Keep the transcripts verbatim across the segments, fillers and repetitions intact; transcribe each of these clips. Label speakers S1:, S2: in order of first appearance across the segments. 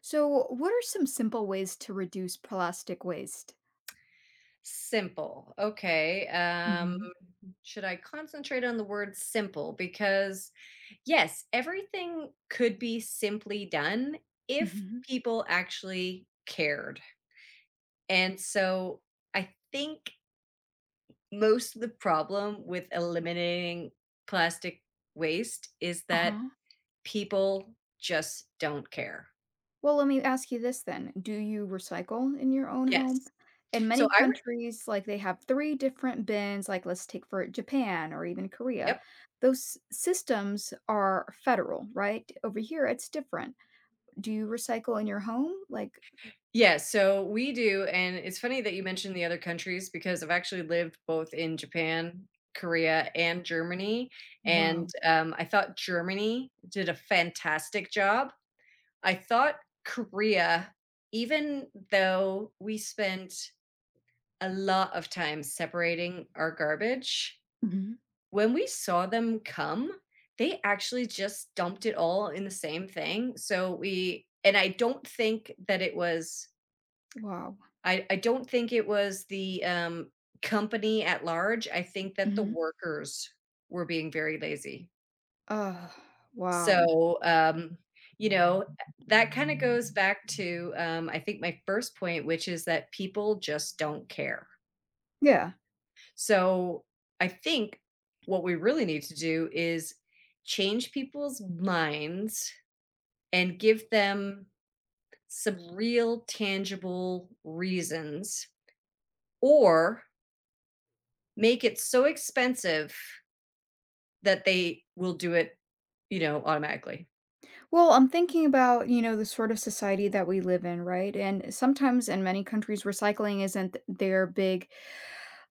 S1: So, what are some simple ways to reduce plastic waste?
S2: Simple. Okay. Um,
S1: Hmm.
S2: should I concentrate on the word simple? Because, yes, everything could be simply done if
S1: Hmm.
S2: people actually cared. And so I think most of the problem with eliminating plastic waste is
S1: Uh
S2: that
S1: huh.
S2: people just don't care.
S1: Well, let me ask you this then. Do you recycle in your own home?
S2: Yes.
S1: In
S2: So
S1: many
S2: I, re-
S1: countries, like they have three different bins, like let's take for Japan or even Korea.
S2: yep.
S1: Those systems are federal, right? Over here, it's different. Do you recycle in your home? Like,
S2: Yeah, so we do, and it's funny that you mentioned the other countries because I've actually lived both in Japan, Korea, and Germany, and,
S1: wow.
S2: um, I thought Germany did a fantastic job. I thought Korea, even though we spent a lot of time separating our garbage,
S1: Hmm.
S2: when we saw them come, they actually just dumped it all in the same thing, so we and I don't think that it was
S1: Wow.
S2: I I don't think it was the, um, company at large. I think that the
S1: Hmm.
S2: workers were being very lazy.
S1: Uh, wow.
S2: So, um, you know, eh, that kinda goes back to, um, I think my first point, which is that people just don't care.
S1: Yeah.
S2: So, I think what we really need to do is change people's minds and give them some real tangible reasons or make it so expensive that they will do it, you know, automatically.
S1: Well, I'm thinking about, you know, the sort of society that we live in, right? And sometimes in many countries, recycling isn't their big,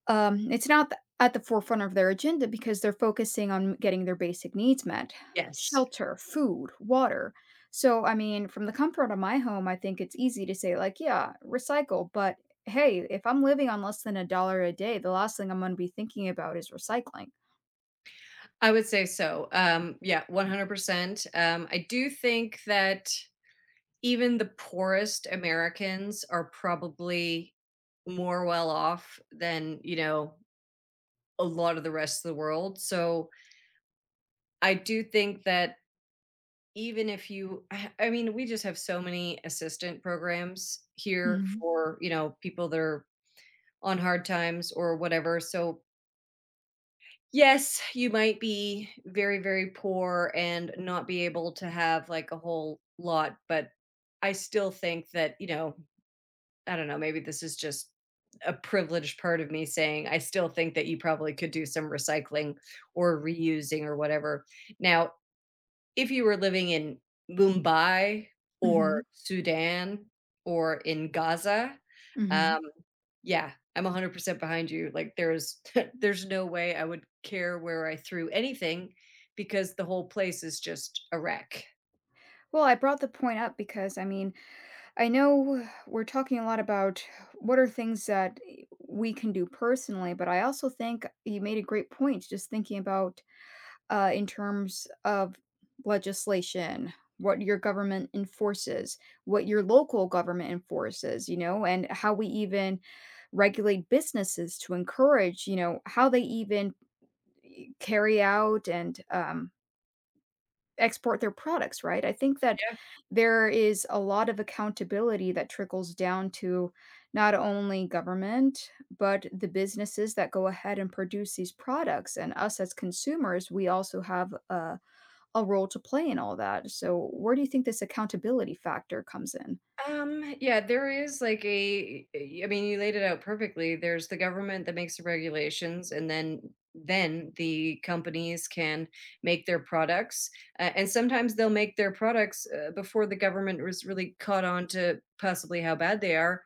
S1: um, it's not th- at the forefront of their agenda because they're focusing on getting their basic needs met:
S2: Yes.
S1: shelter, food, water. So, I mean, from the comfort of my home, I think it's easy to say, like, yeah, recycle. But hey, if I'm living on less than a dollar a day, the last thing I'm going to be thinking about is recycling.
S2: I would say so. Um, yeah, one hundred percent. Um, I do think that even the poorest Americans are probably more well off than, you know, a lot of the rest of the world. So I do think that even if you, I I mean, we just have so many assistant programs here
S1: Hmm.
S2: for, you know, people that are on hard times or whatever. So yes, you might be very, very poor and not be able to have, like, a whole lot, but I still think that, you know, I don't know, maybe this is just a privileged part of me saying I still think that you probably could do some recycling or reusing or whatever. Now if you were living in Mumbai
S1: Hmm.
S2: or Sudan or in Gaza, um,
S1: Hmm.
S2: yeah, I'm one hundred percent behind you. Like there's there's no way I would care where I threw anything because the whole place is just a wreck.
S1: Well, I brought the point up because, I mean, I know we're talking a lot about what are things that we can do personally, but I also think you made a great point just thinking about uh, in terms of legislation, what your government enforces, what your local government enforces, you know, and how we even regulate businesses to encourage, you know, how they even eh, carry out and um, export their products, right? I think that there is a lot of accountability that trickles down to not only government, but the businesses that go ahead and produce these products. And us as consumers, we also have a, a role to play in all that. So, where do you think this accountability factor comes in?
S2: Um, yeah, there is like a eh, I mean, you laid it out perfectly. There's the government that makes the regulations and then then the companies can make their products. Uh, and sometimes they'll make their products uh, before the government was really caught on to possibly how bad they are.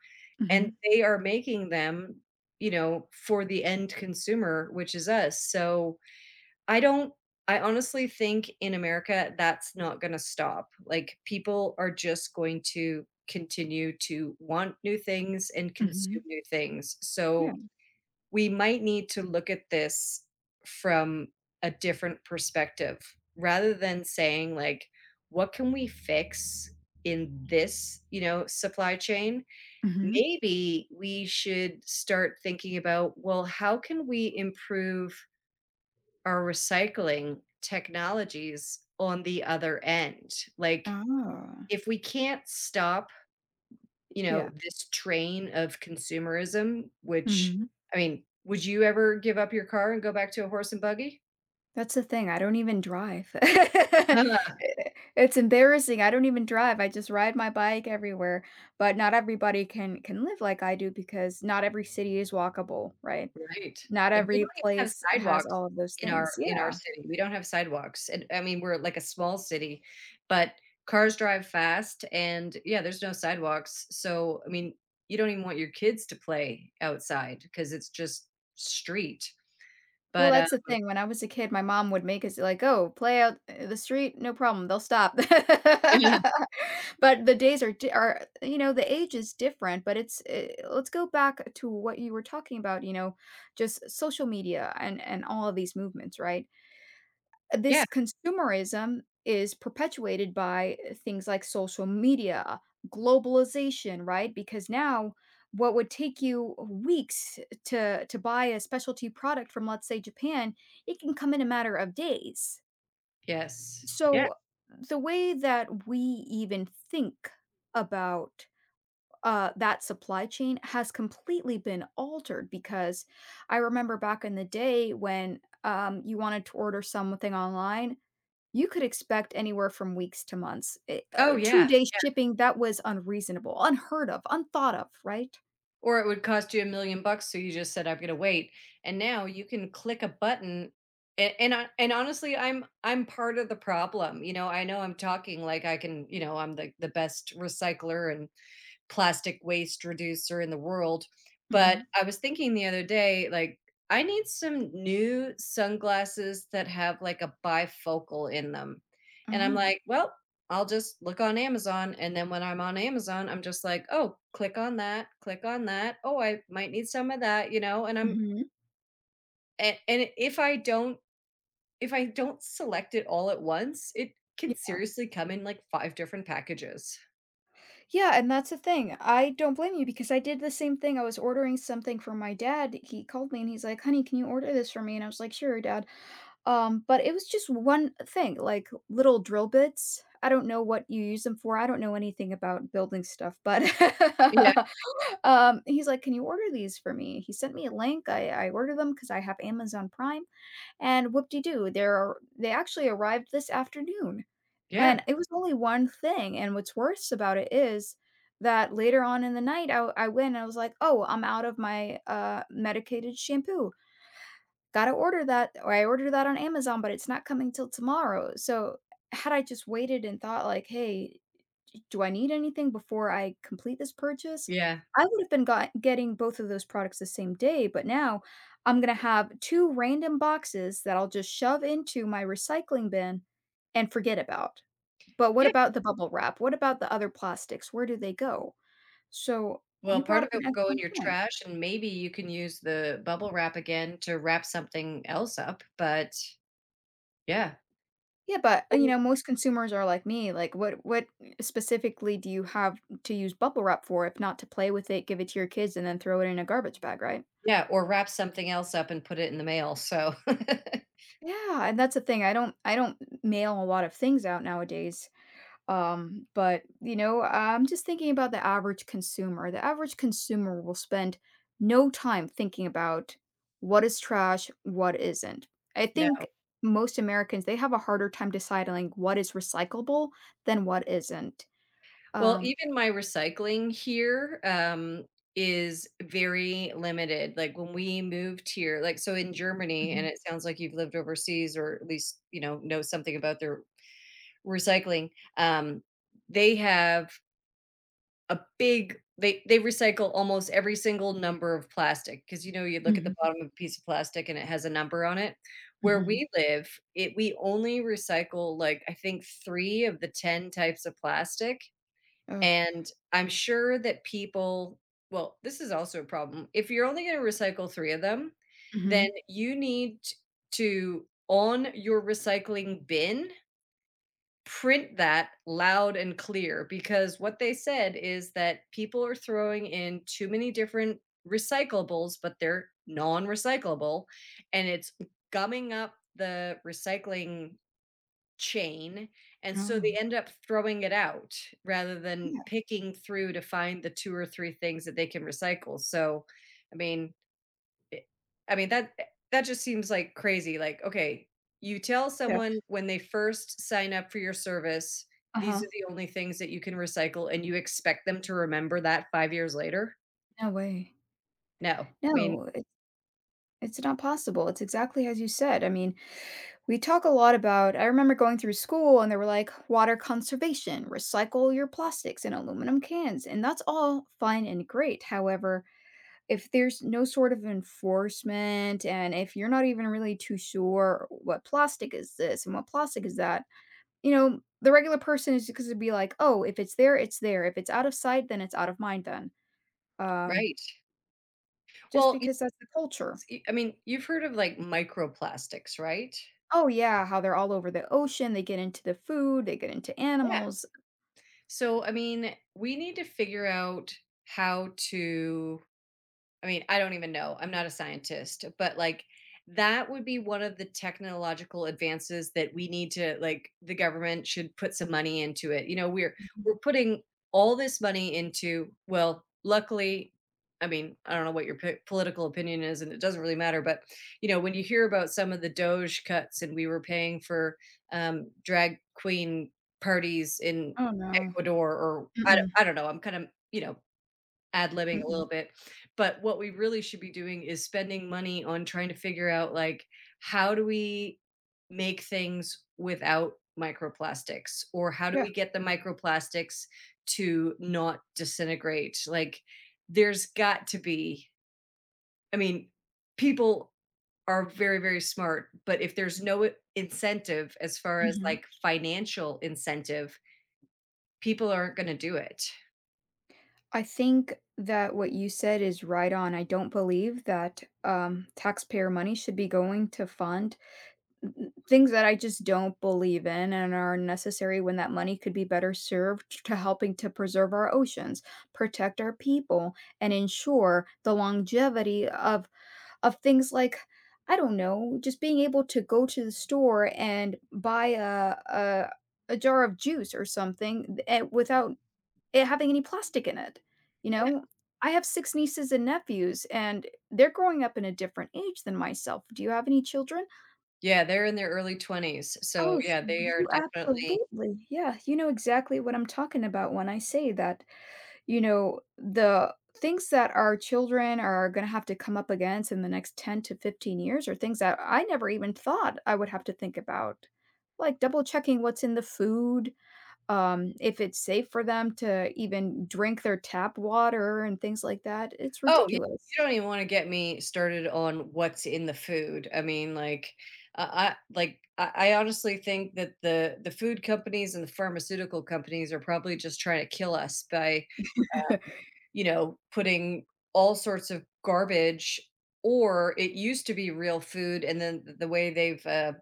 S2: And
S1: Hmm.
S2: they are making them, you know, for the end consumer, which is us. So, I don't I honestly think in America that's not gonna stop. Like, people are just going to continue to want new things and consume
S1: Hmm.
S2: new things. So,
S1: Yeah.
S2: we might need to look at this from a different perspective rather than saying, like, "What can we fix in this, you know, supply chain?"
S1: Hmm.
S2: Maybe we should start thinking about, "Well, how can we improve are recycling technologies on the other end." Like,
S1: Oh,
S2: if we can't stop, you know,
S1: yeah.
S2: this train of consumerism, which,
S1: Hmm.
S2: I mean, would you ever give up your car and go back to a horse and buggy?
S1: That's the thing, I don't even drive. It's embarrassing, I don't even drive, I just ride my bike everywhere, but not everybody can can live like I do because not every city is walkable, right?
S2: Right.
S1: Not
S2: Like, we don't
S1: every
S2: even have
S1: place has
S2: sidewalks
S1: all of those
S2: in our
S1: things,
S2: in our
S1: yeah.
S2: city. We don't have sidewalks, and, I mean, we're like a small city, but cars drive fast and yeah, there's no sidewalks, so, I mean, you don't even want your kids to play outside because it's just street,
S1: Well,
S2: but, um
S1: that's the thing, when I was a kid, my mom would make us, like, "Oh, play out I the street, no problem, they'll stop."
S2: Yeah.
S1: But the days are di are you know, the age is different, but it's eh, let's go back to what you were talking about, you know, just social media and and all of these movements, right?
S2: Yeah.
S1: This consumerism is perpetuated by things like social media, globalization, right? Because now what would take you weeks to to buy a specialty product from let's say Japan, it can come in a matter of days.
S2: Yes. Yeah.
S1: So the way that we even think about uh, that supply chain has completely been altered because I remember back in the day when um, you wanted to order something online, you could expect anywhere from weeks to months. It
S2: Oh,
S1: uh,
S2: yeah.
S1: two-day shipping, that was unreasonable, unheard of, unthought of, right?
S2: Or it would cost you a million bucks, so you just said, "I'm gonna wait," and now you can click a button a and I and honestly, I'm I'm part of the problem, you know, I know I'm talking like I can you know, I'm the the best recycler and plastic waste reducer in the world. But
S1: Mhm.
S2: I was thinking the other day, like, I need some new sunglasses that have like a bifocal in them. And I'm
S1: Oh.
S2: like, well, I'll just look on Amazon. And then when I'm on Amazon, I'm just like, oh, click on that, click on that. Oh, I might need some of that, you know? And I'm,
S1: Mhm.
S2: and, and if I don't, if I don't select it all at once, it can seriously come in like five different packages.
S1: Yeah, and that's the thing. I don't blame you because I did the same thing. I was ordering something for my dad. He called me and he's like, "Honey, can you order this for me?" And I was like, "Sure, dad." Um, but it was just one thing, like little drill bits. I don't know what you use them for. I don't know anything about building stuff, but
S2: Yeah.
S1: Um, he's like, "Can you order these for me?" He sent me a link, I I ordered them because I have Amazon Prime, and whoop-de-doo, they are they actually arrived this afternoon,
S2: Yeah.
S1: and it was only one thing, and what's worse about it is that later on in the night, I I went and I was like, "Oh, I'm out of my, uh, medicated shampoo. Gotta order that," or I ordered that on Amazon, but it's not coming till tomorrow, so had I just waited and thought like, "Hey, do I need anything before I complete this purchase?
S2: Yeah.
S1: I would have been got getting both of those products the same day, but now I'm gonna have two random boxes that I'll just shove into my recycling bin and forget about. But what about the bubble wrap? What about the other plastics? Where do they go? So,
S2: Well,
S1: you brought
S2: part
S1: up
S2: of it
S1: an
S2: will go in
S1: excellent
S2: your
S1: point.
S2: trash, and maybe you can use the bubble wrap again to wrap something else up, but yeah.
S1: Yeah, but, uh, you know,
S2: Well
S1: most consumers are like me, like, what what specifically do you have to use bubble wrap for if not to play with it, give it to your kids, and then throw it in a garbage bag, right?
S2: yeah, or wrap something else up and put it in the mail, so
S1: Yeah, and that's the thing, I don't I don't mail a lot of things out nowadays, um, but, you know, I'm just thinking about the average consumer. The average consumer will spend no time thinking about what is trash, what isn't. I think
S2: no.
S1: most Americans, they have a harder time deciding what is recyclable than what isn't.
S2: Well,
S1: Um
S2: even my recycling here, um, is very limited, like, when we moved here like, so in Germany and
S1: Mhm.
S2: it sounds like you've lived overseas or at least, you know, know something about their recycling, um, they have a big they they recycle almost every single number of plastic because you know, you look at the
S1: Mhm.
S2: bottom of a piece of plastic and it has a number on it. Where
S1: Mhm.
S2: we live, it we only recycle, like, I think three of the ten types of plastic,
S1: Ugh.
S2: and I'm sure that people well, this is also a problem. If you're only gonna recycle three of them, then
S1: Mhm.
S2: you need t to, on your recycling bin, print that loud and clear because what they said is that people are throwing in too many different recyclables, but they're non recyclable and it's gumming up the recycling chain. And so they
S1: Oh.
S2: end up throwing it out rather than
S1: Yeah.
S2: picking through to find the two or three things that they can recycle. So, I mean, I I mean, that eh, that just seems like crazy. Like, okay, you tell
S1: Yeah.
S2: someone when they first sign up for your service, these
S1: Uh-huh.
S2: are the only things that you can recycle, and you expect them to remember that five years later?
S1: No way.
S2: No. I mean,
S1: No, it's it's not possible, it's exactly as you said, I mean, we talk a lot about I remember going through school and they were like, water conservation, recycle your plastics and aluminum cans. And that's all fine and great. However, if there's no sort of enforcement and if you're not even really too sure what plastic is this and what plastic is that, you know, the regular person is just going to be like, oh, if it's there, it's there. If it's out of sight, then it's out of mind then. Um,
S2: right.
S1: just
S2: well, y
S1: because that's the culture.
S2: s I mean, you've heard of, like, microplastics, right?
S1: Oh yeah, how they're all over the ocean, they get into the food, they get into
S2: Yeah.
S1: animals.
S2: So, I mean, we need to figure out how to I mean, I don't even know. I'm not a scientist, but like that would be one of the technological advances that we need to like the government should put some money into it. You know, we're we're putting all this money into well, luckily I mean, I don't know what your p- political opinion is and it doesn't really matter, but you know, when you hear about some of the doge cuts and we were paying for um drag queen parties in
S1: Oh, no.
S2: Ecuador or I don't,
S1: Mm-mm.
S2: I don't know, I'm kind of, you know, ad-libbing a
S1: Mm-mm.
S2: little bit, but what we really should be doing is spending money on trying to figure out, like, how do we make things without microplastics, or how do
S1: Yeah.
S2: we get the microplastics to not disintegrate? Like, there's got to be I mean, people are very, very smart, but if there's no I incentive as far as,
S1: Mhm.
S2: like, financial incentive, people aren't gonna do it.
S1: I think that what you said is right on. I don't believe that, um, taxpayer money should be going to fund th things that I just don't believe in and are necessary when that money could be better served to helping to preserve our oceans, protect our people, and ensure the longevity of of things like, I don't know, just being able to go to the store and buy a a, a jar of juice or something th- eh, without it having any plastic in it. You know, I have six nieces and nephews, and they're growing up in a different age than myself. Do you have any children?
S2: Yeah, they're in their early twenties. So,
S1: Oh, so
S2: yeah, they are
S1: you
S2: definitely.
S1: absolutely, yeah, you know exactly what I'm talking about when I say that you know, the things that our children are gonna have to come up against in the next ten to fifteen years are things that I never even thought I would have to think about, like double checking what's in the food, um, if it's safe for them to even drink their tap water and things like that. It's
S2: Oh, you you
S1: ridiculous.
S2: don't even wanna get me started on what's in the food. I mean, like, I I like, I I honestly think that the the food companies and the pharmaceutical companies are probably just trying to kill us by you know, putting all sorts of garbage or it used to be real food and then th the way they've, uh,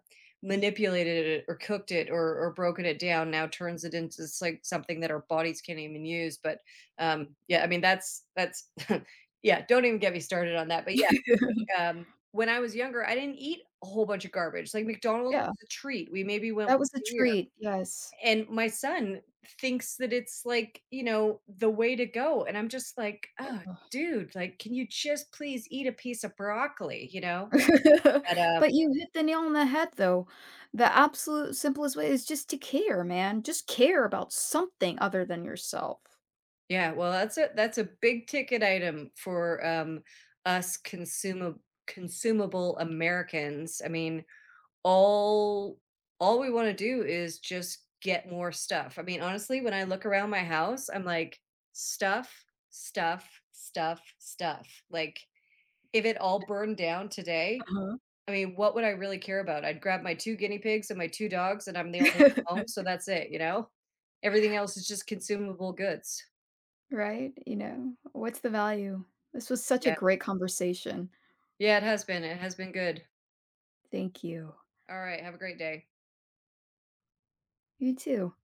S2: manipulated it or cooked it or or broken it down now turns it into s like something that our bodies can't even use, but, um, yeah, I mean, that's that's yeah, don't even get me started on that, but yeah, um, when I was younger, I didn't eat a whole bunch of garbage, like, McDonald's
S1: Yeah,
S2: was a treat, we maybe went
S1: that was
S2: once
S1: a
S2: a year
S1: treat, yes.
S2: and my son thinks that it's like, you know, the way to go. And I'm just like, oh, dude, like, can you just please eat a piece of broccoli, you know? But um,
S1: But you hit the nail on the head, though. The absolute simplest way is just to care, man. Just care about something other than yourself.
S2: yeah, well, that's a that's a big ticket item for um, us consumable consumable Americans. I mean, all all we want to do is just get more stuff. I mean, honestly, when I look around my house, I'm like, stuff, stuff, stuff, stuff. Like, if it all burned down today,
S1: Uh-huh.
S2: I mean, what would I really care about? I'd grab my two guinea pigs and my two dogs, and I'm the only one at home, so that's it, you know? Everything else is just consumable goods.
S1: Right? You know, what's the value? This was such a
S2: Yeah.
S1: great conversation.
S2: Yeah, it has been, it has been good.
S1: Thank you.
S2: Alright, have a great day.
S1: You too.